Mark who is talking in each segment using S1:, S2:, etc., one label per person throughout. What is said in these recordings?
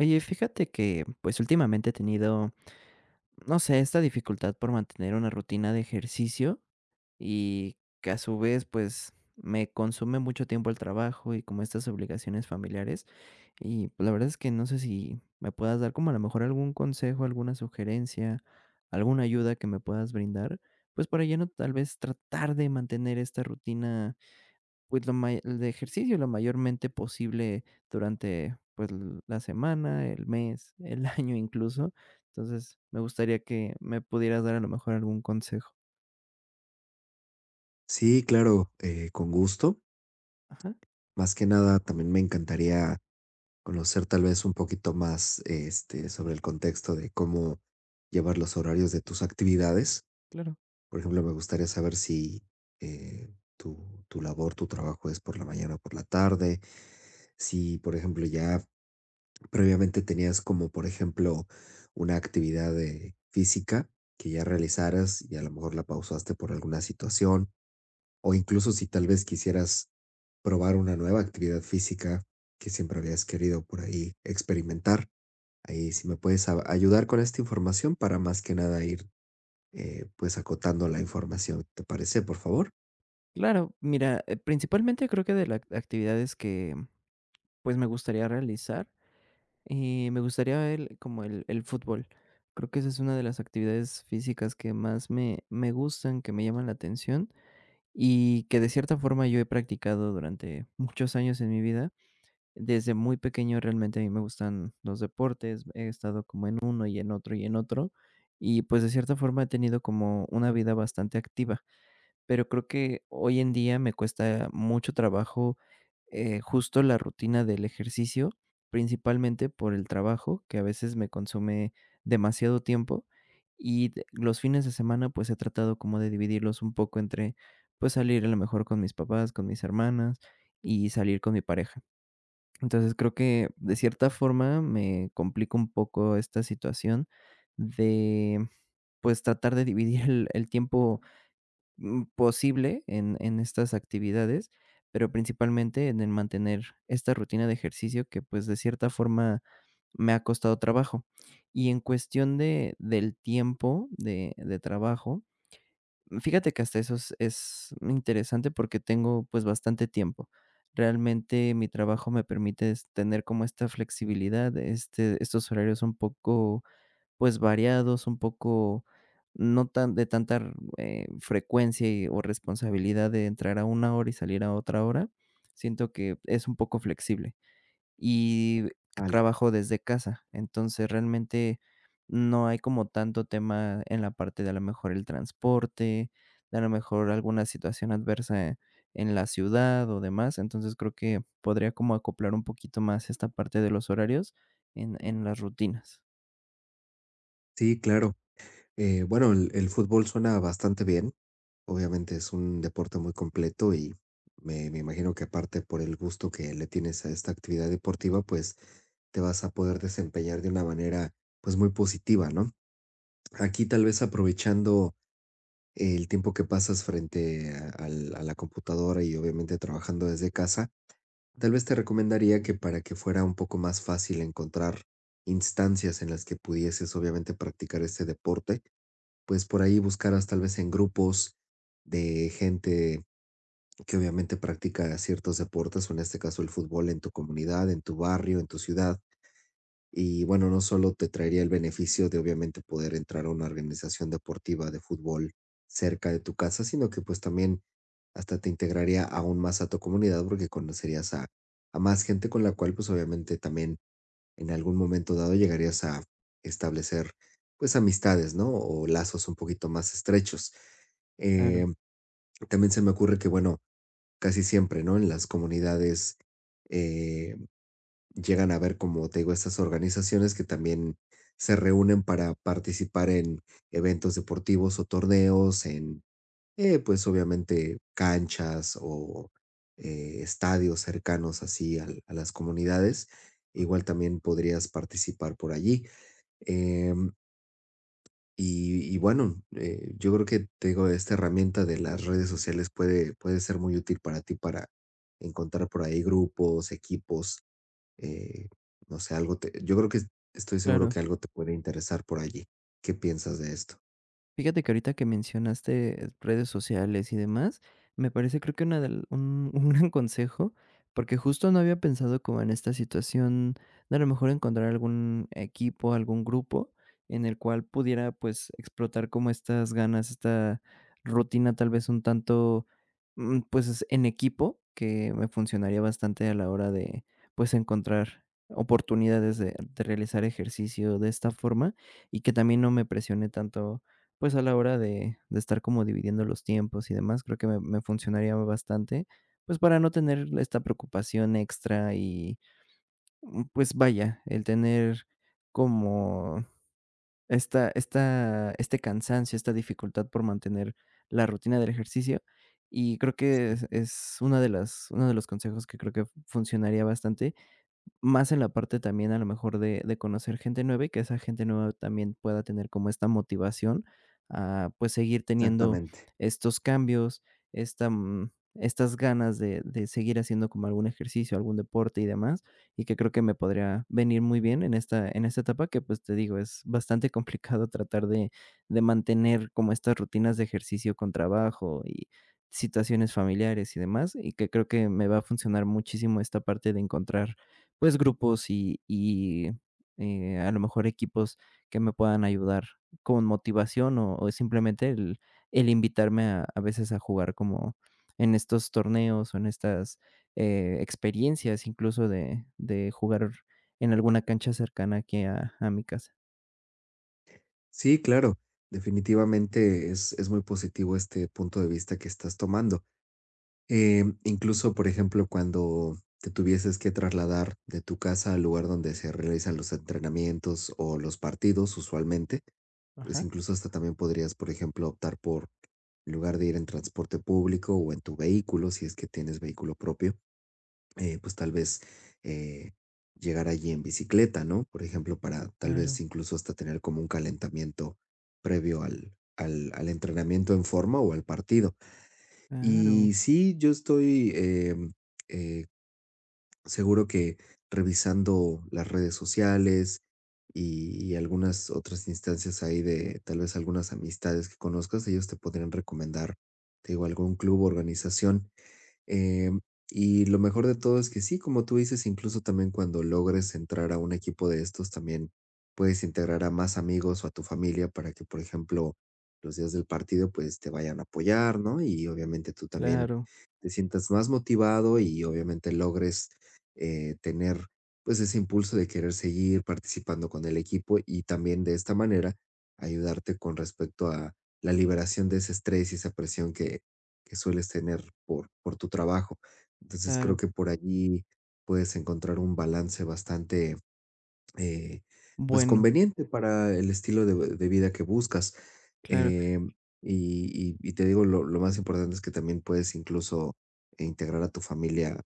S1: Oye, fíjate que, pues, últimamente he tenido, no sé, esta dificultad por mantener una rutina de ejercicio y que a su vez, pues, me consume mucho tiempo el trabajo y como estas obligaciones familiares. Y pues, la verdad es que no sé si me puedas dar como a lo mejor algún consejo, alguna sugerencia, alguna ayuda que me puedas brindar, pues, para ya no tal vez tratar de mantener esta rutina pues, lo may el de ejercicio lo mayormente posible durante, pues, la semana, el mes, el año incluso. Entonces, me gustaría que me pudieras dar a lo mejor algún consejo.
S2: Sí, claro, con gusto.
S1: Ajá,
S2: Más que nada, también me encantaría conocer tal vez un poquito más sobre el contexto de cómo llevar los horarios de tus actividades.
S1: claro.
S2: Por ejemplo, me gustaría saber si eh, tu labor, tu trabajo es por la mañana o por la tarde. Si, por ejemplo, ya previamente tenías como, por ejemplo, una actividad física que ya realizaras y a lo mejor la pausaste por alguna situación. O incluso si tal vez quisieras probar una nueva actividad física que siempre habías querido por ahí experimentar. Ahí si me puedes ayudar con esta información para más que nada ir pues acotando la información. ¿Te parece, por favor?
S1: Claro, mira, principalmente creo que de las actividades que, pues, me gustaría realizar, me gustaría el como el fútbol. Creo que esa es una de las actividades físicas que más me gustan, que me llaman la atención y que de cierta forma yo he practicado durante muchos años en mi vida. Desde muy pequeño realmente a mí me gustan los deportes, he estado como en uno y en otro y en otro, y pues de cierta forma he tenido como una vida bastante activa, pero creo que hoy en día me cuesta mucho trabajo, justo la rutina del ejercicio, principalmente por el trabajo, que a veces me consume demasiado tiempo, y de los fines de semana, pues he tratado como de dividirlos un poco entre, pues salir a lo mejor con mis papás, con mis hermanas y salir con mi pareja. Entonces, creo que de
S2: Ah,
S1: cierta forma me complica un poco esta situación de, pues, tratar de dividir el tiempo, posible en estas actividades, pero principalmente en el mantener esta rutina de ejercicio que, pues, de cierta forma me ha costado trabajo. Y en cuestión de del tiempo de trabajo, fíjate que hasta eso es interesante porque tengo, pues, bastante tiempo. Realmente mi trabajo me permite es tener como esta flexibilidad, este, estos horarios un poco, pues, variados, un poco no tan de tanta frecuencia y o responsabilidad de entrar a una hora y salir a otra hora. Siento que es un poco flexible y
S2: Vale.
S1: trabajo desde casa. Entonces, realmente no hay como tanto tema en la parte de a lo mejor el transporte, de a lo mejor alguna situación adversa en la ciudad o demás. Entonces, creo que podría como acoplar un poquito más esta parte de los horarios en las rutinas.
S2: Sí, claro. Bueno, el fútbol suena bastante bien. Obviamente es un deporte muy completo y me imagino que aparte por el gusto que le tienes a esta actividad deportiva, pues te vas a poder desempeñar de una manera pues muy positiva, ¿no? Aquí tal vez aprovechando el tiempo que pasas frente a la computadora y obviamente trabajando desde casa, tal vez te recomendaría que para que fuera un poco más fácil encontrar instancias en las que pudieses obviamente practicar este deporte, pues por ahí buscaras tal vez en grupos de gente que obviamente practica ciertos deportes, o en este caso el fútbol en tu comunidad, en tu barrio, en tu ciudad y bueno, no solo te traería el beneficio de obviamente poder entrar a una organización deportiva de fútbol cerca de tu casa, sino que pues también hasta te integraría aún más a tu comunidad porque conocerías a más gente con la cual pues obviamente también en algún momento dado llegarías a establecer pues amistades, ¿no? O lazos un poquito más estrechos.
S1: Claro,
S2: Eh, también se me ocurre que, bueno, casi siempre, ¿no? En las comunidades, eh, llegan a ver como te digo, estas organizaciones que también se reúnen para participar en eventos deportivos o torneos, pues obviamente canchas o estadios cercanos así a las comunidades. Igual también podrías participar por allí. Em, y bueno, yo creo que te digo, esta herramienta de las redes sociales puede ser muy útil para ti para encontrar por ahí grupos, equipos eh, no sé, algo te yo creo que estoy seguro
S1: claro.
S2: que algo te puede interesar por allí. ¿Qué piensas de esto?
S1: Fíjate que ahorita que mencionaste redes sociales y demás, me parece creo que un gran consejo, porque justo no había pensado como en esta situación de a lo mejor encontrar algún equipo, algún grupo en el cual pudiera pues explotar como estas ganas, esta rutina tal vez un tanto pues en equipo, que me funcionaría bastante a la hora de pues encontrar oportunidades de realizar ejercicio de esta forma y que también no me presione tanto pues, a la hora de estar como dividiendo los tiempos y demás, creo que me funcionaría bastante, pues, para no tener esta preocupación extra y, pues, vaya, el tener como esta esta este cansancio, esta dificultad por mantener la rutina del ejercicio. Y creo que es una de las uno de los consejos que creo que funcionaría bastante, más en la parte también a lo mejor de conocer gente nueva y que esa gente nueva también pueda tener como esta motivación a, pues, seguir teniendo
S2: Exactamente.
S1: estos cambios, estas ganas de seguir haciendo como algún ejercicio, algún deporte y demás, y que creo que me podría venir muy bien en esta etapa que, pues, te digo, es bastante complicado tratar de mantener como estas rutinas de ejercicio con trabajo y situaciones familiares y demás, y que creo que me va a funcionar muchísimo esta parte de encontrar pues, grupos y a lo mejor equipos que me puedan ayudar con motivación o simplemente el invitarme a veces a jugar como en estos torneos o en estas, experiencias, incluso de jugar en alguna cancha cercana aquí a mi casa.
S2: Sí, claro, definitivamente es muy positivo este punto de vista que estás tomando. Incluso, por ejemplo, cuando te tuvieses que trasladar de tu casa al lugar donde se realizan los entrenamientos o los partidos, usualmente, pues
S1: Ajá,
S2: incluso hasta también podrías, por ejemplo, optar por, en lugar de ir en transporte público o en tu vehículo, si es que tienes vehículo propio, pues tal vez eh, llegar allí en bicicleta, ¿no? Por ejemplo, para tal
S1: claro,
S2: vez incluso hasta tener como un calentamiento previo al entrenamiento en forma o al partido.
S1: claro,
S2: Y sí, yo estoy eh, seguro que revisando las redes sociales y algunas otras instancias ahí de tal vez algunas amistades que conozcas, ellos te podrían recomendar, te digo, algún club o organización. Em, y lo mejor de todo es que sí, como tú dices, incluso también cuando logres entrar a un equipo de estos, también puedes integrar a más amigos o a tu familia para que, por ejemplo, los días del partido, pues te vayan a apoyar, ¿no? Y obviamente tú también
S1: claro,
S2: te sientas más motivado y obviamente logres tener pues ese impulso de querer seguir participando con el equipo y también de esta manera ayudarte con respecto a la liberación de ese estrés y esa presión que sueles tener por tu trabajo. Entonces creo
S1: claro.
S2: que por allí puedes encontrar un balance bastante, eh, pues
S1: Bueno,
S2: conveniente para el estilo de vida que buscas.
S1: claro.
S2: Em, y te digo, lo más importante es que también puedes incluso integrar a tu familia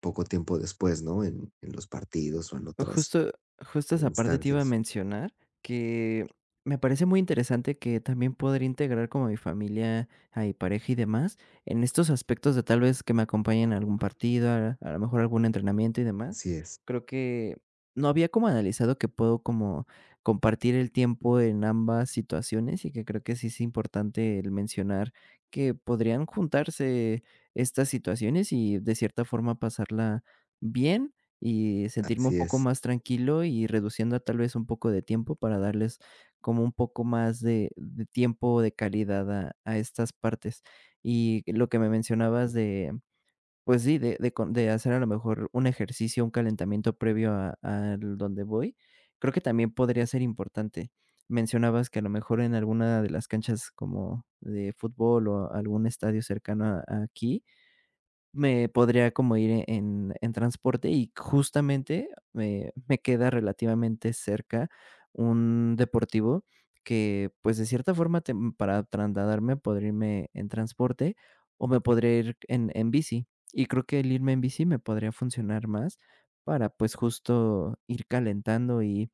S2: poco tiempo después, ¿no? En los partidos o en otras
S1: Justo justo esa parte te iba a
S2: instancias.
S1: mencionar, que me parece muy interesante que también poder integrar como mi familia, a mi pareja y demás, en estos aspectos de tal vez que me acompañen a algún partido, a lo mejor algún entrenamiento y demás.
S2: Así es,
S1: Creo que no había como analizado que puedo como compartir el tiempo en ambas situaciones y que creo que sí es importante el mencionar que podrían juntarse estas situaciones y de cierta forma pasarla bien y sentirme un
S2: así
S1: poco
S2: es,
S1: más tranquilo y reduciendo tal vez un poco de tiempo para darles como un poco más de tiempo de calidad a estas partes. Y lo que me mencionabas de, pues sí, de hacer a lo mejor un ejercicio, un calentamiento previo a al donde voy, creo que también podría ser importante. Mencionabas que a lo mejor en alguna de las canchas como de fútbol o algún estadio cercano a aquí, me podría como en transporte y justamente me queda relativamente cerca un deportivo que, pues, de cierta forma, tem para trasladarme podría irme en transporte o me podría ir en bici. Y creo que el irme en bici me podría funcionar más para, pues, justo ir calentando y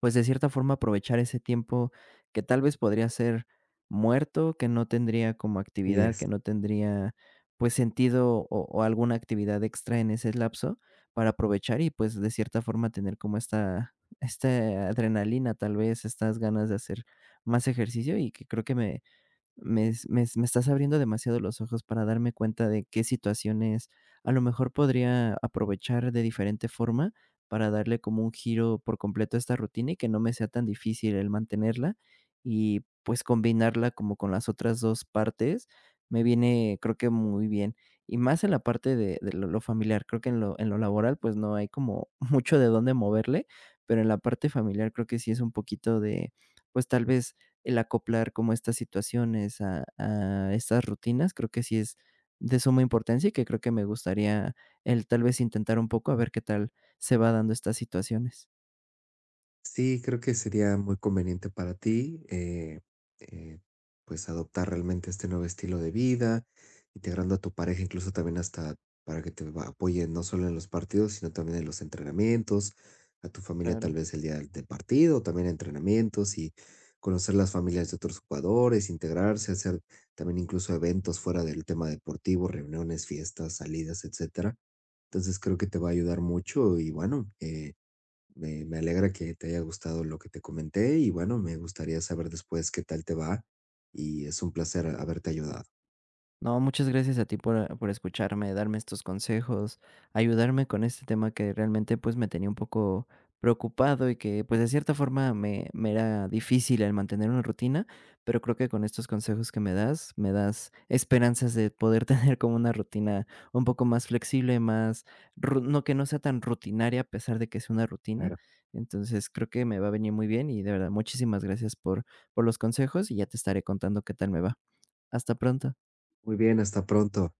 S1: pues, de cierta forma, aprovechar ese tiempo que tal vez podría ser muerto, que no tendría como
S2: así
S1: actividad, que
S2: es.
S1: no tendría, pues, sentido o alguna actividad extra en ese lapso para aprovechar y, pues, de cierta forma, tener como esta adrenalina, tal vez, estas ganas de hacer más ejercicio y que creo que me estás abriendo demasiado los ojos para darme cuenta de qué situaciones a lo mejor podría aprovechar de diferente forma para darle como un giro por completo a esta rutina y que no me sea tan difícil el mantenerla y, pues, combinarla como con las otras 2 partes me viene, creo que muy bien. Y más en la parte de lo familiar, creo que en lo laboral, pues, no hay como mucho de dónde moverle, pero en la parte familiar creo que sí es un poquito de, pues, tal vez el acoplar como estas situaciones a estas rutinas, creo que sí es de suma importancia y que creo que me gustaría el tal vez intentar un poco a ver qué tal se va dando estas situaciones.
S2: Sí, creo que sería muy conveniente para ti, eh, pues adoptar realmente este nuevo estilo de vida, integrando a tu pareja incluso también hasta para que te apoye no solo en los partidos, sino también en los entrenamientos, a tu familia tal
S1: Claro.
S2: vez el día del partido, también entrenamientos y conocer las familias de otros jugadores, integrarse, hacer también incluso eventos fuera del tema deportivo, reuniones, fiestas, salidas, etcétera. Entonces creo que te va a ayudar mucho y bueno, me alegra que te haya gustado lo que te comenté y bueno, me gustaría saber después qué tal te va y es un placer haberte ayudado.
S1: No, muchas gracias a ti por escucharme, darme estos consejos, ayudarme con este tema que realmente pues me tenía un poco preocupado y que pues de cierta forma me era difícil el mantener una rutina, pero creo que con estos consejos que me das esperanzas de poder tener como una rutina un poco más flexible, más, no que no sea tan rutinaria a pesar de que sea una rutina.
S2: Claro.
S1: Entonces creo que me va a venir muy bien y de verdad muchísimas gracias por los consejos y ya te estaré contando qué tal me va. Hasta pronto.
S2: Muy bien, hasta pronto.